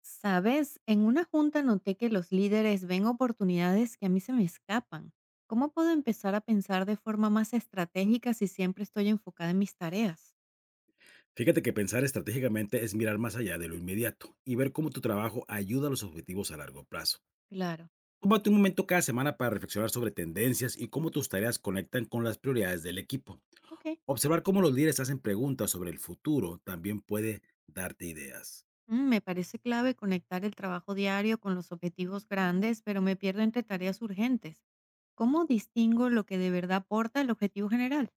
Sabes, en una junta noté que los líderes ven oportunidades que a mí se me escapan. ¿Cómo puedo empezar a pensar de forma más estratégica si siempre estoy enfocada en mis tareas? Fíjate que pensar estratégicamente es mirar más allá de lo inmediato y ver cómo tu trabajo ayuda a los objetivos a largo plazo. Claro, Tómate un momento cada semana para reflexionar sobre tendencias y cómo tus tareas conectan con las prioridades del equipo. ok. Observar cómo los líderes hacen preguntas sobre el futuro también puede darte ideas. Me parece clave conectar el trabajo diario con los objetivos grandes, pero me pierdo entre tareas urgentes. ¿Cómo distingo lo que de verdad aporta el objetivo general?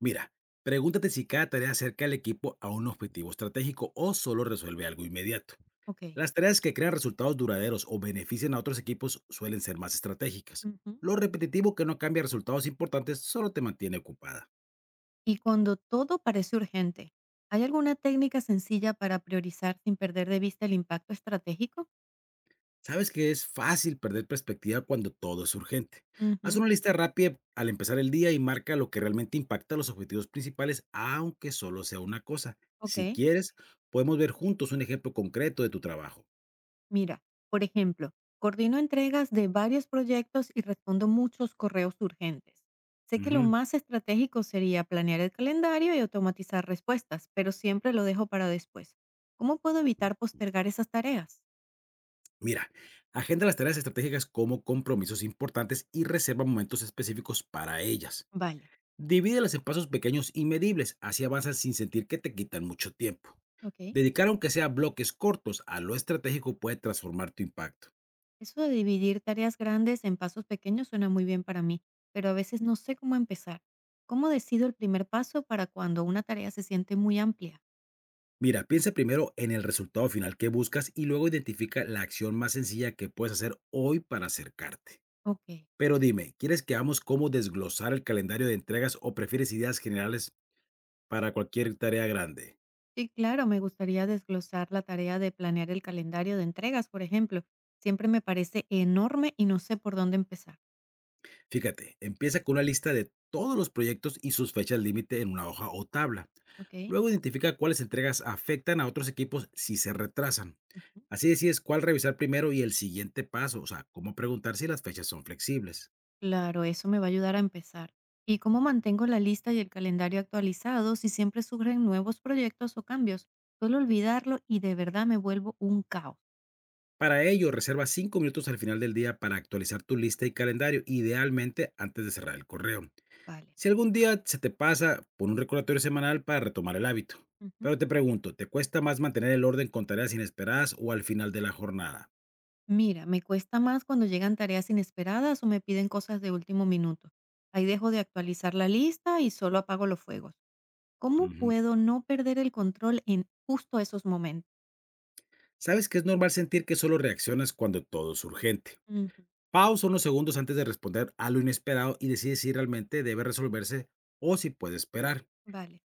Mira, pregúntate si cada tarea acerca al equipo a un objetivo estratégico o solo resuelve algo inmediato. Ok. Las tareas que crean resultados duraderos o benefician a otros equipos suelen ser más estratégicas. Ujú. Lo repetitivo que no cambia resultados importantes solo te mantiene ocupada. Y cuando todo parece urgente, ¿hay alguna técnica sencilla para priorizar sin perder de vista el impacto estratégico? Sabes que es fácil perder perspectiva cuando todo es urgente. Haz Ujú. una lista rápida al empezar el día y marca lo que realmente impacta los objetivos principales, aunque solo sea una cosa. Ok, Si quieres, podemos ver juntos un ejemplo concreto de tu trabajo. mira, por ejemplo, coordino entregas de varios proyectos y respondo muchos correos urgentes. Sé que lo Ujú. más estratégico sería planear el calendario y automatizar respuestas, pero siempre lo dejo para después. ¿Cómo puedo evitar postergar esas tareas? Mira, agenda las tareas estratégicas como compromisos importantes y reserva momentos específicos para ellas. Vale, Divídelas en pasos pequeños y medibles, así avanzas sin sentir que te quitan mucho tiempo. ok. Dedicar aunque sea bloques cortos a lo estratégico puede transformar tu impacto. Eso de dividir tareas grandes en pasos pequeños suena muy bien para mí, pero a veces no sé cómo empezar. ¿Cómo decido el primer paso para cuando una tarea se siente muy amplia? Mira, piensa primero en el resultado final que buscas y luego identifica la acción más sencilla que puedes hacer hoy para acercarte. Ok. Pero dime, ¿quieres que hagamos cómo desglosar el calendario de entregas o prefieres ideas generales para cualquier tarea grande? Sí, claro, me gustaría desglosar la tarea de planear el calendario de entregas, por ejemplo. Siempre me parece enorme y no sé por dónde empezar. Fíjate, empieza con una lista de todos los proyectos y sus fechas límite en una hoja o tabla. Ok. Luego identifica cuáles entregas afectan a otros equipos si se retrasan. Ujú. Así decides cuál revisar primero y el siguiente paso, o sea, cómo preguntar si las fechas son flexibles. Claro, eso me va a ayudar a empezar. ¿Y cómo mantengo la lista y el calendario actualizados si siempre surgen nuevos proyectos o cambios? Suelo olvidarlo y de verdad me vuelvo un caos. Para ello, reserva 5 minutos al final del día para actualizar tu lista y calendario, idealmente antes de cerrar el correo. Vale. Si algún día se te pasa, pon un recordatorio semanal para retomar el hábito. Ujú. Pero te pregunto, ¿te cuesta más mantener el orden con tareas inesperadas o al final de la jornada? Mira, me cuesta más cuando llegan tareas inesperadas o me piden cosas de último minuto. Ahí dejo de actualizar la lista y solo apago los fuegos. ¿Cómo Ujú. puedo no perder el control en justo esos momentos? Sabes que es normal sentir que solo reaccionas cuando todo es urgente. Ujú, Pausa unos segundos antes de responder a lo inesperado y decide si realmente debe resolverse o si puede esperar. vale.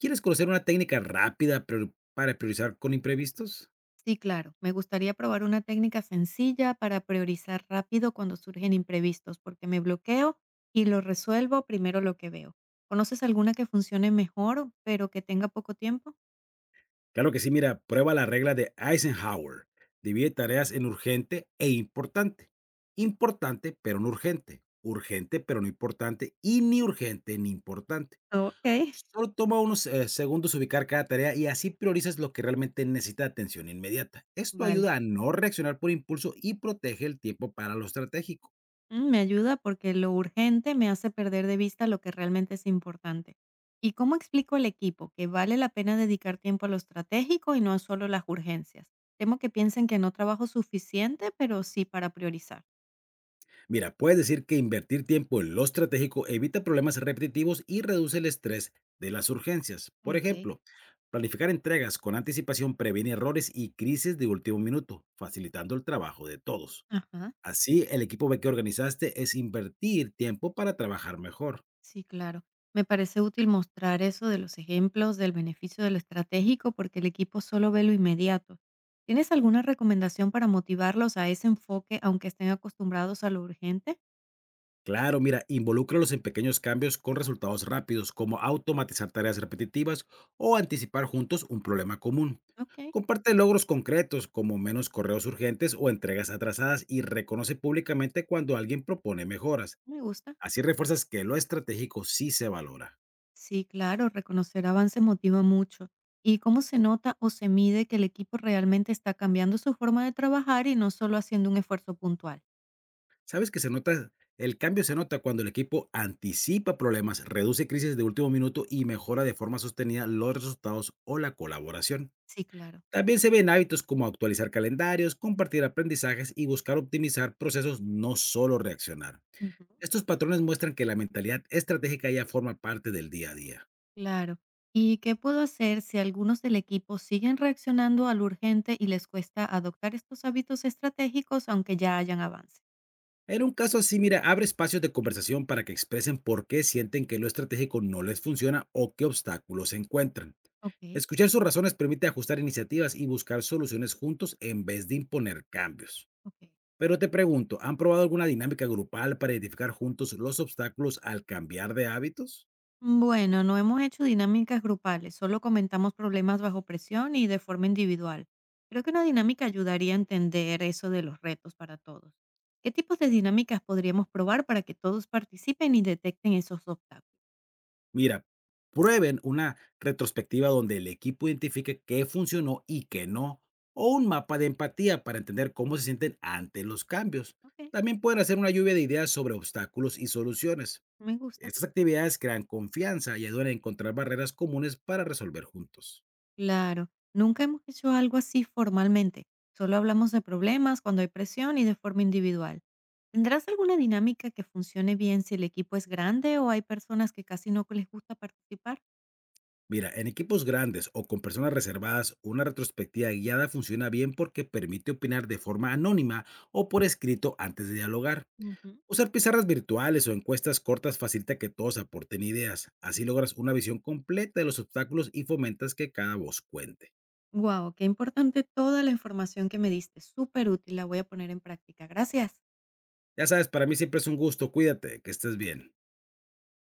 ¿Quieres conocer una técnica rápida para priorizar con imprevistos? Sí, claro, me gustaría probar una técnica sencilla para priorizar rápido cuando surgen imprevistos, porque me bloqueo y lo resuelvo primero lo que veo. ¿Conoces alguna que funcione mejor, pero que tenga poco tiempo? Claro que sí, mira, prueba la regla de Eisenhower. Divide tareas en urgente e importante. Importante, pero no urgente. Urgente, pero no importante. Y ni urgente ni importante. Ok. Solo toma unos, segundos ubicar cada tarea y así priorizas lo que realmente necesita atención inmediata. Esto Vale. ayuda a no reaccionar por impulso y protege el tiempo para lo estratégico. Me ayuda porque lo urgente me hace perder de vista lo que realmente es importante. ¿Y cómo explico al equipo que vale la pena dedicar tiempo a lo estratégico y no a solo las urgencias? Temo que piensen que no trabajo suficiente, pero sí para priorizar. Mira, puedes decir que invertir tiempo en lo estratégico evita problemas repetitivos y reduce el estrés de las urgencias. Por Ok, ejemplo, planificar entregas con anticipación previene errores y crisis de último minuto, facilitando el trabajo de todos. ajá, Así, el equipo ve que organizaste es invertir tiempo para trabajar mejor. sí, claro. Me parece útil mostrar eso de los ejemplos del beneficio de lo estratégico porque el equipo solo ve lo inmediato. ¿Tienes alguna recomendación para motivarlos a ese enfoque aunque estén acostumbrados a lo urgente? Claro, mira, involúcralos en pequeños cambios con resultados rápidos, como automatizar tareas repetitivas o anticipar juntos un problema común. Ok, Comparte logros concretos, como menos correos urgentes o entregas atrasadas, y reconoce públicamente cuando alguien propone mejoras. me gusta. Así refuerzas que lo estratégico sí se valora. Sí, claro, reconocer avances motiva mucho. ¿Y cómo se nota o se mide que el equipo realmente está cambiando su forma de trabajar y no solo haciendo un esfuerzo puntual? Sabes que se nota, el cambio se nota cuando el equipo anticipa problemas, reduce crisis de último minuto y mejora de forma sostenida los resultados o la colaboración. Sí, claro. También se ven hábitos como actualizar calendarios, compartir aprendizajes y buscar optimizar procesos, no solo reaccionar. Ujú. Estos patrones muestran que la mentalidad estratégica ya forma parte del día a día. Claro. ¿Y qué puedo hacer si algunos del equipo siguen reaccionando a lo urgente y les cuesta adoptar estos hábitos estratégicos aunque ya hayan avance? En un caso así, mira, abre espacios de conversación para que expresen por qué sienten que lo estratégico no les funciona o qué obstáculos encuentran. Ok, Escuchar sus razones permite ajustar iniciativas y buscar soluciones juntos en vez de imponer cambios. ok. Pero te pregunto, ¿han probado alguna dinámica grupal para identificar juntos los obstáculos al cambiar de hábitos? Bueno, no hemos hecho dinámicas grupales, solo comentamos problemas bajo presión y de forma individual. Creo que una dinámica ayudaría a entender eso de los retos para todos. ¿Qué tipos de dinámicas podríamos probar para que todos participen y detecten esos obstáculos? Mira, prueben una retrospectiva donde el equipo identifique qué funcionó y qué no, o un mapa de empatía para entender cómo se sienten ante los cambios. Ok, También pueden hacer una lluvia de ideas sobre obstáculos y soluciones. me gusta. Estas actividades crean confianza y ayudan a encontrar barreras comunes para resolver juntos. Claro, nunca hemos hecho algo así formalmente. Solo hablamos de problemas cuando hay presión y de forma individual. ¿Tendrás alguna dinámica que funcione bien si el equipo es grande o hay personas que casi no les gusta participar? Mira, en equipos grandes o con personas reservadas, una retrospectiva guiada funciona bien porque permite opinar de forma anónima o por escrito antes de dialogar. Ujú. Usar pizarras virtuales o encuestas cortas facilita que todos aporten ideas. Así Sí. logras una visión completa de los obstáculos y fomentas que cada voz cuente. Wow, qué importante toda la información que me diste, súper útil, la voy a poner en práctica. Gracias. Ya sabes, para mí siempre es un gusto. Cuídate, que estés bien.